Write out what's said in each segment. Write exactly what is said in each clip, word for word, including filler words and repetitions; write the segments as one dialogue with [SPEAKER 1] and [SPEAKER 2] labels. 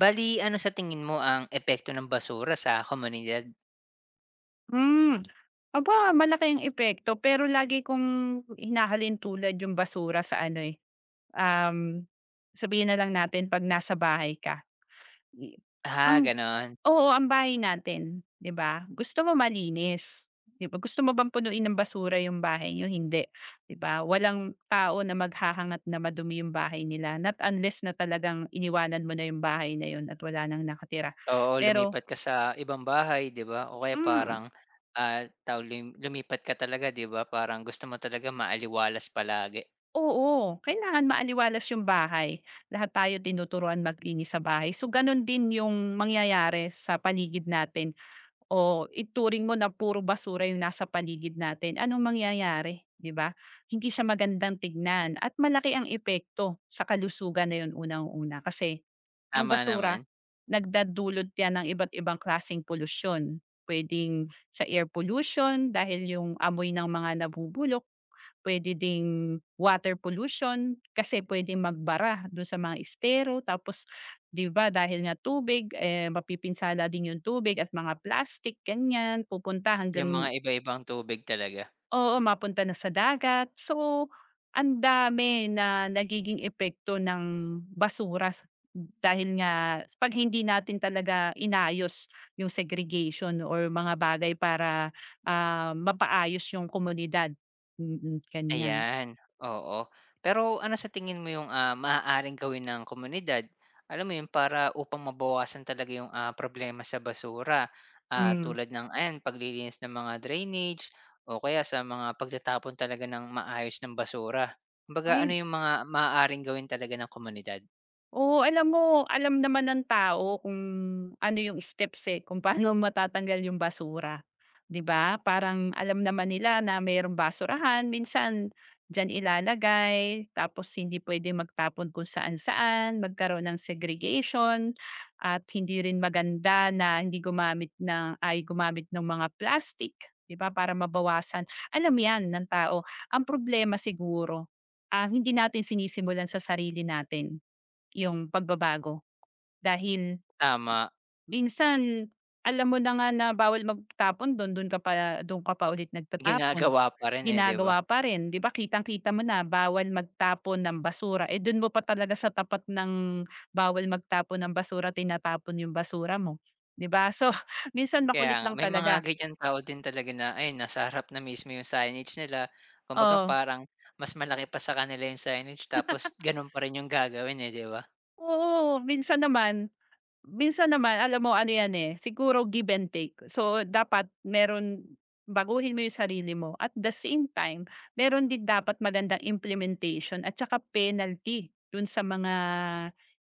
[SPEAKER 1] Bali ano sa tingin mo ang epekto ng basura sa komunidad?
[SPEAKER 2] Hmm. Aba, malaki ang epekto pero lagi kong hinahalin tulad yung basura sa ano, eh, um, sabihin na lang natin 'pag nasa bahay ka, i
[SPEAKER 1] Ah,
[SPEAKER 2] ang
[SPEAKER 1] gano'n.
[SPEAKER 2] oo, ang bahay natin, 'di ba? Gusto mo malinis, 'di ba? Gusto mo bang punuin ng basura yung bahay niyo? Hindi, 'di ba? Walang tao na maghahangat na madumi yung bahay nila not unless na talagang iniwanan mo na yung bahay na yun at wala nang nakatira.
[SPEAKER 1] Oo,
[SPEAKER 2] Pero
[SPEAKER 1] lumipat ka sa ibang bahay, 'di ba? O kaya
[SPEAKER 2] hmm.
[SPEAKER 1] parang, ah, tawag lum lumipat ka talaga, 'di ba? Parang gusto mo talaga maaliwalas palagi.
[SPEAKER 2] Oo, kailangan maaliwalas yung bahay. Lahat tayo tinuturuan maglinis sa bahay. So, ganun din yung mangyayari sa paligid natin o ituring mo na puro basura yung nasa paligid natin. Anong mangyayari, 'di ba? Hindi siya magandang tignan at malaki ang epekto sa kalusugan na yun, unang-una kasi ang
[SPEAKER 1] Tama
[SPEAKER 2] basura
[SPEAKER 1] naman,
[SPEAKER 2] nagdadulot 'yan ng iba't ibang klaseng polusyon. Puwedeng sa air pollution dahil yung amoy ng mga nabubulok. Puwede ding water pollution kasi puwedeng magbara dun sa mga estero. Tapos 'di ba dahil nga tubig, eh, mapipinsala din yung tubig at mga plastic ganyan, pupunta
[SPEAKER 1] yung
[SPEAKER 2] hanggang
[SPEAKER 1] mga iba-ibang tubig talaga.
[SPEAKER 2] oo, mapunta na sa dagat. So, ang dami na nagiging epekto ng basura sa, dahil nga 'pag hindi natin talaga inayos yung segregation or mga bagay para, ah, mapaayos yung komunidad. Mm, mm, ganyan.
[SPEAKER 1] Ayan, oo. Pero ano sa tingin mo yung, ah, maaaring gawin ng komunidad, alam mo yun, para upang mabawasan talaga yung, ah, problema sa basura, ah,
[SPEAKER 2] Hmm.
[SPEAKER 1] tulad ng ayan, paglilinis ng mga drainage o kaya sa mga pagtatapon talaga ng maayos ng basura? Kumbaga
[SPEAKER 2] Ay,
[SPEAKER 1] ano yung mga maaaring gawin talaga ng komunidad?
[SPEAKER 2] oo. Alam mo, alam naman ng tao kung ano yung steps, eh, kung paano matatanggal yung basura, 'di ba? Parang alam naman nila na mayroong basurahan, minsan diyan ilalagay, tapos hindi puwede magtapon kung saan-saan, magkaroon ng segregation at hindi rin maganda na hindi gumamit ng ay gumamit ng mga plastic, 'di ba, para mabawasan. Alam 'yan ng tao. Ang problema siguro, ah, hindi natin sinisimulan sa sarili natin yung pagbabago, dahil
[SPEAKER 1] Tama,
[SPEAKER 2] minsan alam mo na nga na bawal magtapon dun, dun ka pa dun ka pa ulit nagtatapon,
[SPEAKER 1] ginagawa pa rin, eh, 'di ba?
[SPEAKER 2] ginagawa pa rin, 'di ba? Kitang-kita mo na bawal magtapon ng basura, eh, dun mo pa talaga sa tapat ng bawal magtapon ng basura tinatapon yung basura mo, 'di ba? So, minsan
[SPEAKER 1] Kaya
[SPEAKER 2] makulit
[SPEAKER 1] nga,
[SPEAKER 2] lang
[SPEAKER 1] may mga
[SPEAKER 2] talaga,
[SPEAKER 1] ganyan tao din talaga na ayun nasa harap na mismo yung signage nila. Kumbaga
[SPEAKER 2] oh.
[SPEAKER 1] parang mas malaki pa sa kanila yung signage tapos ganun pa rin yung gagawin, eh, 'di ba?
[SPEAKER 2] Oo, minsan naman. Minsan naman alam mo, ano yan, eh, siguro give and take. So, dapat meron, baguhin mo yung sarili mo at the same time, meron din dapat magandang implementation at saka penalty dun sa mga,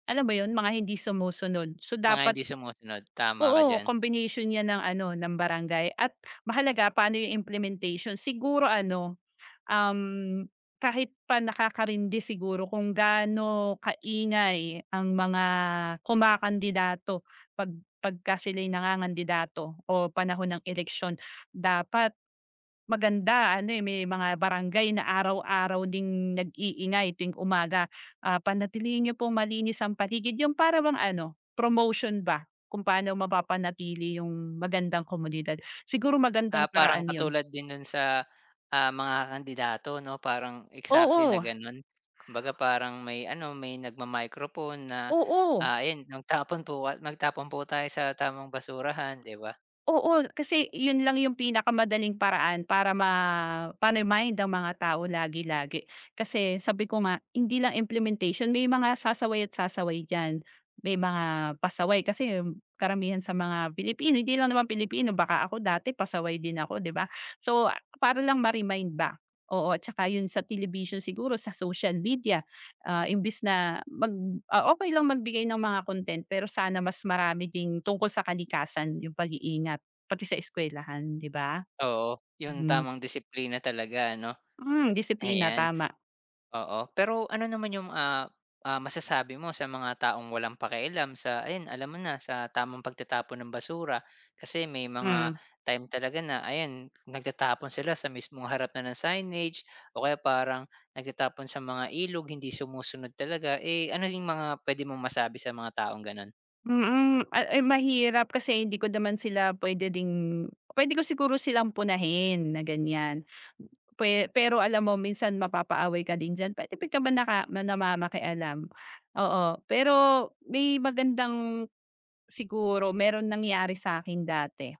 [SPEAKER 2] alam mo yun, mga hindi sumusunod. So,
[SPEAKER 1] Mga
[SPEAKER 2] dapat
[SPEAKER 1] hindi sumusunod, tama ka
[SPEAKER 2] oo,
[SPEAKER 1] diyan.
[SPEAKER 2] combination yan ng ano, ng barangay. At mahalaga paano yung implementation. Siguro ano, Um, kahit pa nakakarindi siguro kung gaano kaingay ang mga kumakandidato pag pagka sila'y nangangandidato o panahon ng eleksyon. Dapat maganda ano, eh, may mga barangay na araw-araw ding nag-iingay tuwing umaga, ah, "Panatilihin niyo pong malinis ang paligid." Yung para bang ano, promotion ba kung paano mapapanatili yung magandang komunidad. Siguro magandang
[SPEAKER 1] Ah, parang
[SPEAKER 2] paraan yun.
[SPEAKER 1] katulad din dun sa, ah, mga kandidato 'no, parang exactly na
[SPEAKER 2] Oo,
[SPEAKER 1] ganun. Kumbaga parang may ano, may nagma-microphone na,
[SPEAKER 2] oo.
[SPEAKER 1] ah, ayun magtapon po ka magtapon po tayo sa tamang basurahan, 'di ba?
[SPEAKER 2] Oo, kasi yun lang yung pinakamadaling paraan para ma ma-remind ang mga tao lagi-lagi. Kasi sabi ko nga, hindi lang implementation, may mga sasaway at sasaway diyan. May mga pasaway kasi karamihan sa mga Pilipino, hindi lang naman Pilipino, baka ako dati pasaway din ako, 'di ba? So, para lang ma-remind ba. Oo, at saka yun sa television siguro, sa social media, ah, imbis na mag ah, okey lang magbigay ng mga content pero sana mas marami ding tungkol sa kalikasan yung pag-iingat. Pati sa eskuwelahan, 'di ba?
[SPEAKER 1] Oo, yung
[SPEAKER 2] Hmm.
[SPEAKER 1] tamang disiplina talaga ano,
[SPEAKER 2] Hmm, disiplina,
[SPEAKER 1] ayan.
[SPEAKER 2] tama.
[SPEAKER 1] Oo, pero ano naman yung, ah, ah, masasabi mo sa mga taong walang pakialam sa ayun alam mo na sa tamang pagtatapon ng basura? Kasi may mga
[SPEAKER 2] Hmm,
[SPEAKER 1] time talaga na ayun nagtatapon sila sa mismong harap na ng signage o kaya parang nagtatapon sa mga ilog, hindi sumusunod talaga. Eh, ano yung mga pwede mong masabi sa mga taong gano'n?
[SPEAKER 2] mm. Ah, eh, mahirap kasi hindi ko naman sila puwede ding puwede ko siguro silang punahin na ganiyan. Pwe pero alam mo minsan mapapaaway ka din diyan, puwede ka ba naka na namamakialam, oo. Pero may magandang, siguro meron nangyari sa'kin dati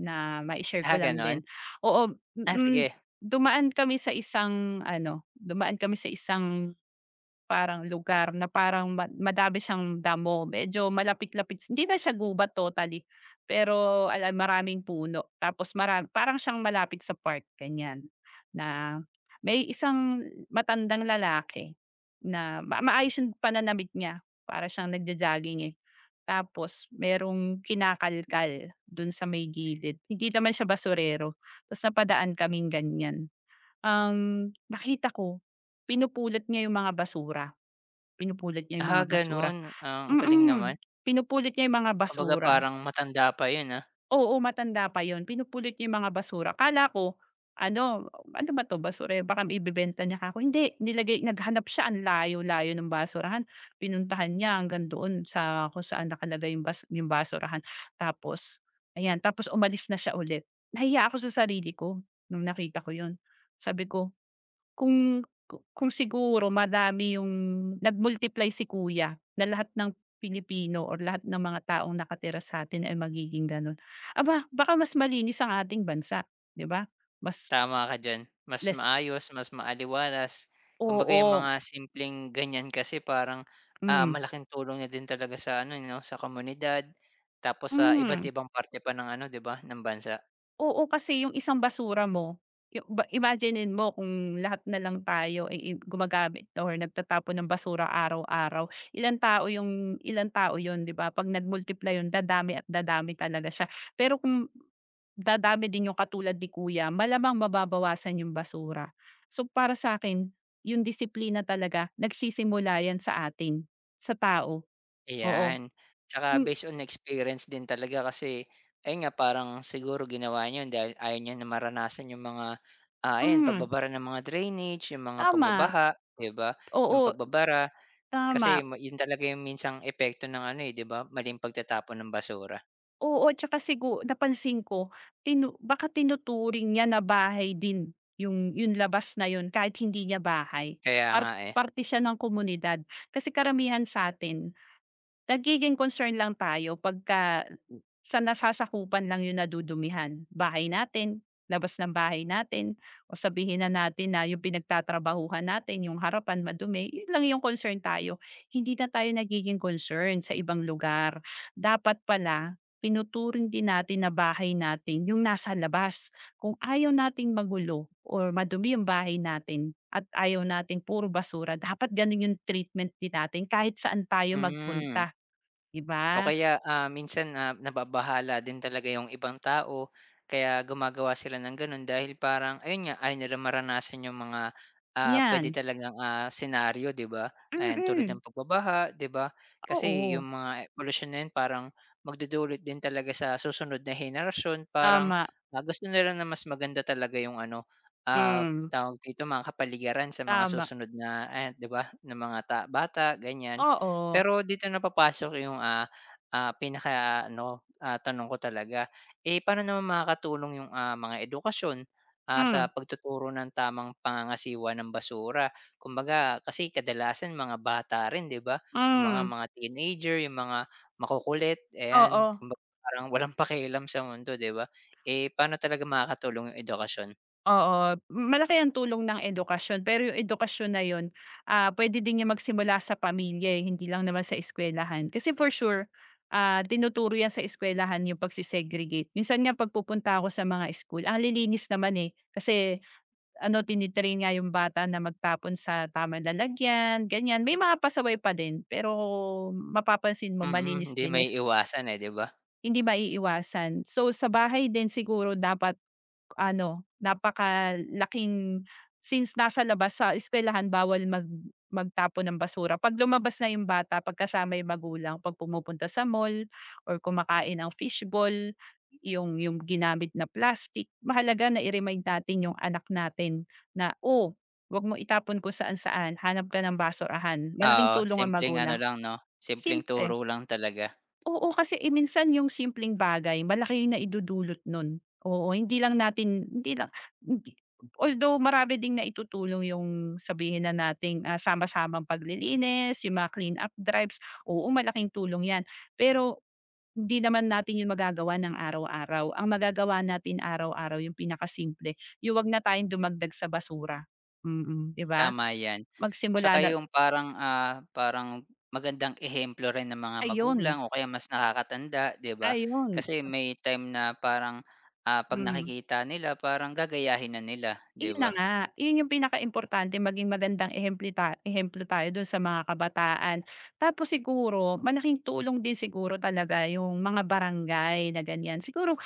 [SPEAKER 2] na mai-share ko
[SPEAKER 1] Ah,
[SPEAKER 2] lang
[SPEAKER 1] gano'n?
[SPEAKER 2] din. Oo,
[SPEAKER 1] Ah,
[SPEAKER 2] mm,
[SPEAKER 1] sige.
[SPEAKER 2] dumaan kami sa isang ano, dumaan kami sa isang parang lugar na parang ma madami siyang damo, medyo malapit-lapit, s- hindi na siya gubat totally, pero alam maraming puno. Tapos mara parang siyang malapit sa park ganyan. Na may isang matandang lalaki na ma maayos yung pananamit niya, para siyang nagjo-jogging, eh. Tapos merong kinakalkal dun sa may gilid, hindi naman siya basurero. Tapos napadaan kaming ganyan. Ang nakita ko, pinupulot niya yung mga basura. Pinupulot niya yung
[SPEAKER 1] Ah,
[SPEAKER 2] mga basura,
[SPEAKER 1] gano'n. Ah, ang galing naman.
[SPEAKER 2] mm. Pinupulot niya yung mga
[SPEAKER 1] Kumbaga
[SPEAKER 2] basura.
[SPEAKER 1] parang matanda pa 'yun, ah.
[SPEAKER 2] Oo, matanda pa yun, pinupulot niya yung mga basura. Akala ko ano, ano ba 'to basurero, baka ibebenta niya ako, hindi, nilagay, naghanap siya ang layo-layo ng basurahan. Pinuntahan niya hanggang doon sa kung saan nakalagay yung bas yung basurahan. Tapos ayan, tapos umalis na siya ulit. Nahiya ako sa sarili ko nung nakita ko yun. Sabi ko kung ku kung siguro madami yung, nag-multiply si kuya, na lahat ng Pilipino or lahat ng mga taong nakatira sa'tin ay magiging gano'n. Aba, baka mas malinis ang ating bansa, 'di ba? Mas
[SPEAKER 1] Tama ka diyan. Mas
[SPEAKER 2] less
[SPEAKER 1] maayos, mas maaliwalas. Kumbaga yung
[SPEAKER 2] oo,
[SPEAKER 1] mga simpleng ganyan kasi parang, ah,
[SPEAKER 2] hmm.
[SPEAKER 1] malaking tulong na din talaga sa ano eh, 'no, sa komunidad, tapos sa iba't
[SPEAKER 2] Hmm.
[SPEAKER 1] ibang parte pa ng ano 'di ba, ng bansa.
[SPEAKER 2] Oo, kasi yung isang basura mo, yung ba imaginin mo kung lahat na lang tayo ay i gumagamit or nagtatapon ng basura araw-araw, ilang tao yung ilang tao yun, 'di ba? 'Pag nag-multiply yun dadami at dadami talaga siya. Pero kung dadami din yung katulad ni kuya, malamang mababawasan yung basura. So, para sa akin yung disiplina talaga nagsisimula yan sa atin, sa tao. Oo,
[SPEAKER 1] Ayan. Tsaka
[SPEAKER 2] hmm,
[SPEAKER 1] based on experience din talaga kasi ayun nga parang siguro ginawa niyo yun dahil ayaw niyo na maranasan yung mga, ah, ayan
[SPEAKER 2] hmm,
[SPEAKER 1] pagbabara ng mga drainage, yung mga
[SPEAKER 2] tama.
[SPEAKER 1] pagbabaha 'di ba, yung
[SPEAKER 2] Oo,
[SPEAKER 1] pagbabara. Kasi
[SPEAKER 2] tama.
[SPEAKER 1] ma yun talaga yung minsang epekto ng ano, eh, 'di ba, maling pagtatapon ng basura.
[SPEAKER 2] Oo, tsaka sigu napansin ko tinu baka tinuturing niya na bahay din yung yung labas na yun kahit hindi niya bahay.
[SPEAKER 1] Kaya
[SPEAKER 2] Part
[SPEAKER 1] nga, eh.
[SPEAKER 2] parte siya ng komunidad kasi karamihan sa'tin, nagiging concern lang tayo pagka sa nasasakupan lang yung nadudumihan. Bahay natin, labas ng bahay natin o sabihin na natin na yung pinagtatrabahuhan natin, yung harapan madumi, yun lang yung concern tayo. Hindi na tayo nagiging concern sa ibang lugar. Dapat pala, pinuturing din natin na bahay natin yung nasa labas. Kung ayaw nating magulo or madumi yung bahay natin at ayaw nating puro basura, dapat ganun yung treatment din natin kahit saan tayo
[SPEAKER 1] Hmm.
[SPEAKER 2] magpunta. 'Di
[SPEAKER 1] O
[SPEAKER 2] ba?
[SPEAKER 1] kaya, ah, minsan na nababahala din talaga yung ibang tao kaya gumagawa sila ng gano'n dahil parang ayun nga, ayaw nila maranasan yung mga, ah, puwede
[SPEAKER 2] 'Yan,
[SPEAKER 1] talagang, ah, senaryo 'di ba? Ayan tulad
[SPEAKER 2] mm,
[SPEAKER 1] ng pagbabaha 'di ba? Kasi
[SPEAKER 2] oo,
[SPEAKER 1] yung mga polusyon na yun parang magdudulot din talaga sa susunod na henerasyon parang,
[SPEAKER 2] tama,
[SPEAKER 1] ah, gusto nila na mas maganda talaga yung ano, ah,
[SPEAKER 2] hmm,
[SPEAKER 1] tawag dito mga kapaligiran sa mga
[SPEAKER 2] tama,
[SPEAKER 1] susunod na eh 'di ba, ng mga ta bata ganyan.
[SPEAKER 2] oo,
[SPEAKER 1] Pero dito na papasok yung, ah ah, pinaka-ano, ah, tanong ko talaga, eh, paano naman makakatulong yung, ah, mga edukasyon, ah,
[SPEAKER 2] hmm,
[SPEAKER 1] sa pagtuturo ng tamang pangangasiwa ng basura? Kumbaga kasi kadalasan mga bata rin 'di ba, yung mga
[SPEAKER 2] hmm,
[SPEAKER 1] mga teenager, yung mga makukulit, ayan,
[SPEAKER 2] oo.
[SPEAKER 1] kumbaga parang walang pakialam sa mundo 'di ba? Eh, paano talaga makakatulong yung edukasyon?
[SPEAKER 2] Oo, malaki ang tulong ng edukasyon pero yung edukasyon na yun, ah, puwede din yang magsimula sa pamilya, eh, hindi lang naman sa eskuwelahan. Kasi for sure, ah, tinuturo 'yan sa eskuwelahan yung pagse-segregate. Minsan nga 'pag pupunta ako sa mga school, ang lilinis naman, eh, kasi ano, tini-train nga yung bata na magtapon sa tamang lalagyan, ganyan. May mga pasaway pa din, pero mapapansin mo
[SPEAKER 1] Mm, hindi may
[SPEAKER 2] malinis-linis.
[SPEAKER 1] iwasan eh, 'di ba?
[SPEAKER 2] Hindi maiiwasan. So, sa bahay din siguro dapat ano, napakalaking, since nasa labas sa eskuwelahan bawal mag magtapon ng basura. 'Pag lumabas na yung bata, 'pag yung magulang, 'pag pumupunta sa mall or kumakain ng fishball, yung yung ginamit na plastic, mahalaga na i-remind natin yung anak natin na, "Oh, 'wag mo itapon kung saan-saan, hanap ka ng basurahan." Malaking
[SPEAKER 1] Oo,
[SPEAKER 2] tulong ang
[SPEAKER 1] simpleng ano
[SPEAKER 2] magulang,
[SPEAKER 1] lang 'no, simpleng
[SPEAKER 2] simple.
[SPEAKER 1] turo lang talaga,
[SPEAKER 2] Oo, kasi, eh, minsan yung simpleng bagay malaki yung naidudulot nun. Oo, hindi lang natin hindi lang hindi although marami ding naitutulong yung sabihin na nating, ah, sama-samang paglilinis, yung mga clean-up drives, oo, malaking tulong 'yan. Pero hindi naman natin yung magagawa ng araw-araw. Ang magagawa natin araw-araw yung pinakasimple, yung 'wag na tayong dumagdag sa basura. Mm, mm, 'di ba?
[SPEAKER 1] tama 'yan.
[SPEAKER 2] Magsimula
[SPEAKER 1] Tsaka
[SPEAKER 2] na,
[SPEAKER 1] yung parang, ah, parang magandang ehemplo rin ng mga magulang
[SPEAKER 2] ayun,
[SPEAKER 1] o kaya mas nakakatanda, 'di ba?
[SPEAKER 2] ayun.
[SPEAKER 1] Kasi may time na parang, ah, 'pag
[SPEAKER 2] Hmm.
[SPEAKER 1] nakikita nila parang gagayahin na nila, 'di
[SPEAKER 2] Yun na
[SPEAKER 1] ba?
[SPEAKER 2] nga, yun yung pinakaimportante, maging magandang ehemplo ta ehemplo tayo dun sa mga kabataan. Tapos siguro malaking tulong din siguro talaga yung mga barangay na ganyan. Siguro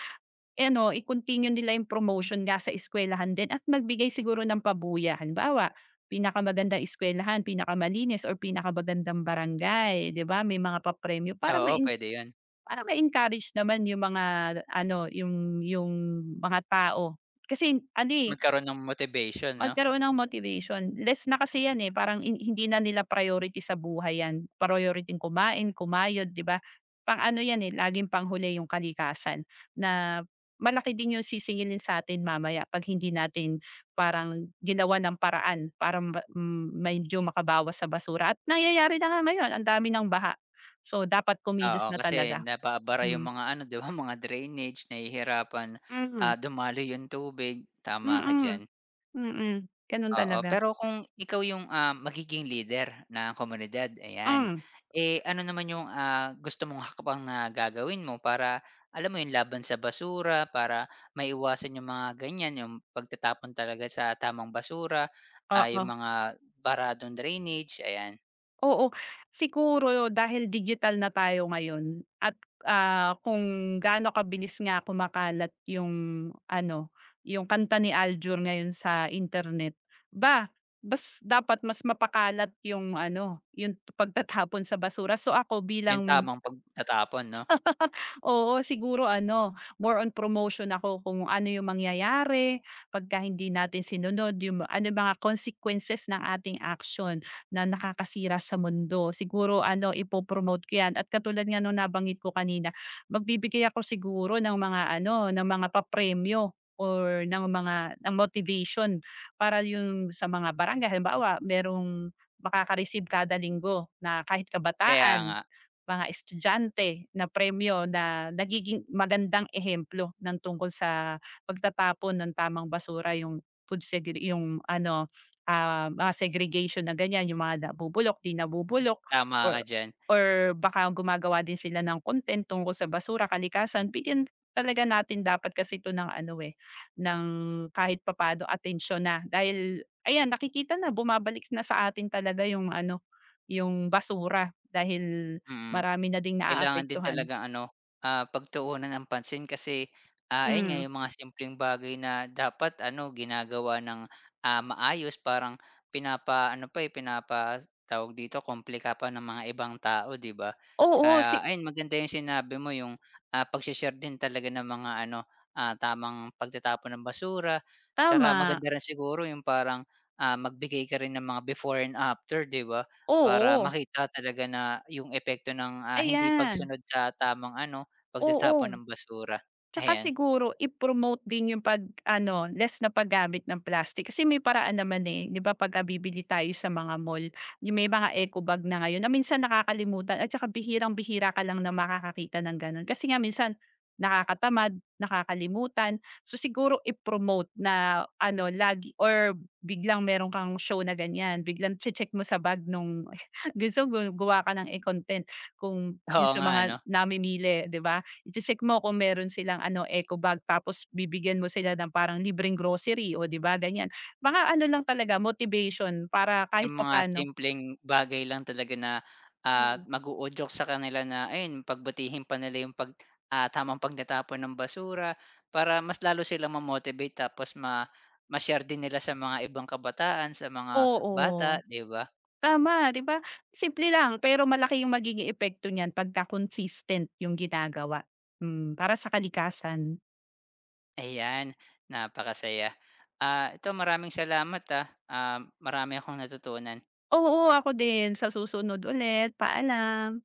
[SPEAKER 2] eh, ano, i-continue nila yung promotion nga sa eskuwelahan din at magbigay siguro ng pabuya. Halimbawa, pinakamagandang eskuwelahan, pinakamalinis or pinakamagandang barangay, 'di ba? May mga papremyo para ma
[SPEAKER 1] Oo, puwede 'yun.
[SPEAKER 2] para ma-encourage naman yung mga ano, yung yung mga tao. Kasi ano, eh,
[SPEAKER 1] Magkaroon ng motivation 'no?
[SPEAKER 2] magkaroon ng motivation. Less na kasi 'yan, eh, parang hin hindi na nila priority sa buhay 'yan. Priority yung kumain, kumayod, 'di ba? Pang-ano 'yan, eh, laging panghuli yung kalikasan na malaki din yung sisingilin sa atin mamaya 'pag hindi natin parang ginawa ng paraan para ma hmm, medyo makabawas sa basura at nangyayari na nga ngayon, ang dami ng baha. So, dapat kumilos
[SPEAKER 1] Oo,
[SPEAKER 2] na
[SPEAKER 1] kasi
[SPEAKER 2] talaga.
[SPEAKER 1] nabaabara yung
[SPEAKER 2] Mm.
[SPEAKER 1] mga ano, 'di ba, mga drainage, nahihirapan,
[SPEAKER 2] Mm.
[SPEAKER 1] ah, dumaloy yung tubig. Tama ka
[SPEAKER 2] Mm.
[SPEAKER 1] diyan.
[SPEAKER 2] Mm. Gano'n
[SPEAKER 1] Oo,
[SPEAKER 2] talaga.
[SPEAKER 1] pero kung ikaw yung, ah, magiging leader ng komunidad, ayan.
[SPEAKER 2] Hmm,
[SPEAKER 1] Eh, ano naman yung, ah, gusto mong hakbang na gagawin mo para alam mo yung laban sa basura, para maiwasan yung mga ganyan, yung pagtatapon talaga sa tamang basura, ah,
[SPEAKER 2] oo.
[SPEAKER 1] yung mga baradong drainage, ayan.
[SPEAKER 2] Oo, siguro dahil digital na tayo ngayon at, ah, kung gaano kabilis nga kumakalat yung ano, yung kanta ni Aljur ngayon sa internet. Ba, bas dapat mas mapakalat yung ano, yung pagtatapon sa basura. So, ako
[SPEAKER 1] Yung
[SPEAKER 2] bilang.
[SPEAKER 1] tamang pagtatapon 'no?
[SPEAKER 2] Oo, siguro ano, more on promotion ako kung ano yung mangyayari pagka hindi natin sinunod, yung ma- ano yung mga consequences ng ating action na nakakasira sa mundo. Siguro ano, ipopromote promote ko 'yan at katulad nga nung nabanggit ko kanina, magbibigay ako siguro ng mga ano, ng mga papremyo or ng mga, ng motivation para yung sa mga barangay. Halimbawa, merong makaka-receive kada linggo na kahit
[SPEAKER 1] Kaya nga,
[SPEAKER 2] kabataan, mga estudyante na premyo na nagiging magandang ehemplo ng tungkol sa pagtatapon ng tamang basura, yung food segre yung ano, ah, mga segregation na ganyan, yung mga nabubulok, 'di nabubulok,
[SPEAKER 1] tama ka
[SPEAKER 2] or
[SPEAKER 1] diyan,
[SPEAKER 2] or baka gumagawa din sila ng content tungkol sa basura, kalikasan. Bigyan talaga natin dapat kasi ito ng ano, eh, ng kahit papaano atensyon na dahil ayan nakikita na bumabalik na sa atin talaga yung ano, yung basura dahil
[SPEAKER 1] mm.
[SPEAKER 2] marami na ding
[SPEAKER 1] Kailangan din
[SPEAKER 2] naaapektuhan.
[SPEAKER 1] talaga ano, ah, pagtuunan ng pansin kasi, ah, ayun nga
[SPEAKER 2] Hmm.
[SPEAKER 1] yung mga simpleng bagay na dapat ano ginagawa ng, ah, maayos parang pinapaano pa, eh, pinapa tawag dito, kumpleha pa ng mga ibang tao, 'di ba?
[SPEAKER 2] Oo, si
[SPEAKER 1] Kaya ayun maganda yung sinabi mo yung, ah, pagse-share din talaga ng mga ano, ah, tamang pagtatapon ng basura, 'tsaka
[SPEAKER 2] tama,
[SPEAKER 1] maganda rin siguro yung parang, ah, magbigay ka rin ng mga before and after, 'di ba? Para
[SPEAKER 2] oo,
[SPEAKER 1] makita talaga na yung epekto ng, ah, hindi
[SPEAKER 2] ayan,
[SPEAKER 1] pagsunod sa tamang ano,
[SPEAKER 2] oo.
[SPEAKER 1] pagtatapon ng basura,
[SPEAKER 2] Tsaka
[SPEAKER 1] ayan.
[SPEAKER 2] siguro i-promote din yung pag-ano, less na paggamit ng plastic kasi may paraan naman, eh, 'di ba, 'pagka bibili tayo sa mga mall, yung may mga eco bag na ngayon na minsan nakakalimutan at saka bihirang-bihira ka lang na makakakita ng gano'n. Kasi nga minsan nakakatamad, nakakalimutan. So, siguro i-promote na ano lagi or biglang meron kang show na ganyan, biglang check mo sa bag nung gusto gu gawa ka ng, e content kung yung
[SPEAKER 1] Oo
[SPEAKER 2] sa
[SPEAKER 1] nga
[SPEAKER 2] mga
[SPEAKER 1] ano,
[SPEAKER 2] namimili, 'di ba? I check mo kung meron silang ano, eco bag tapos bibigyan mo sila ng parang libreng grocery o 'di ba ganyan. Mga ano lang talaga motivation para kahit
[SPEAKER 1] yung mga
[SPEAKER 2] papaano
[SPEAKER 1] simpleng bagay lang talaga na, ah,
[SPEAKER 2] hmm,
[SPEAKER 1] mag-uudyok sa kanila na ayun pagbutihin pa nila yung pag ah, tamang pagtatapon ng basura para mas lalo silang ma-motivate tapos ma ma-share din nila sa mga ibang kabataan, sa mga
[SPEAKER 2] oo,
[SPEAKER 1] bata, 'di ba?
[SPEAKER 2] tama, 'di ba? Simple lang pero malaki yung magiging epekto niyan pagka consistent yung ginagawa. Hmm, para sa kalikasan.
[SPEAKER 1] Ayan, napakasaya. Ah, ito maraming salamat, ah, ah, marami akong natutunan.
[SPEAKER 2] Oo, ako din sa susunod ulit, paalam.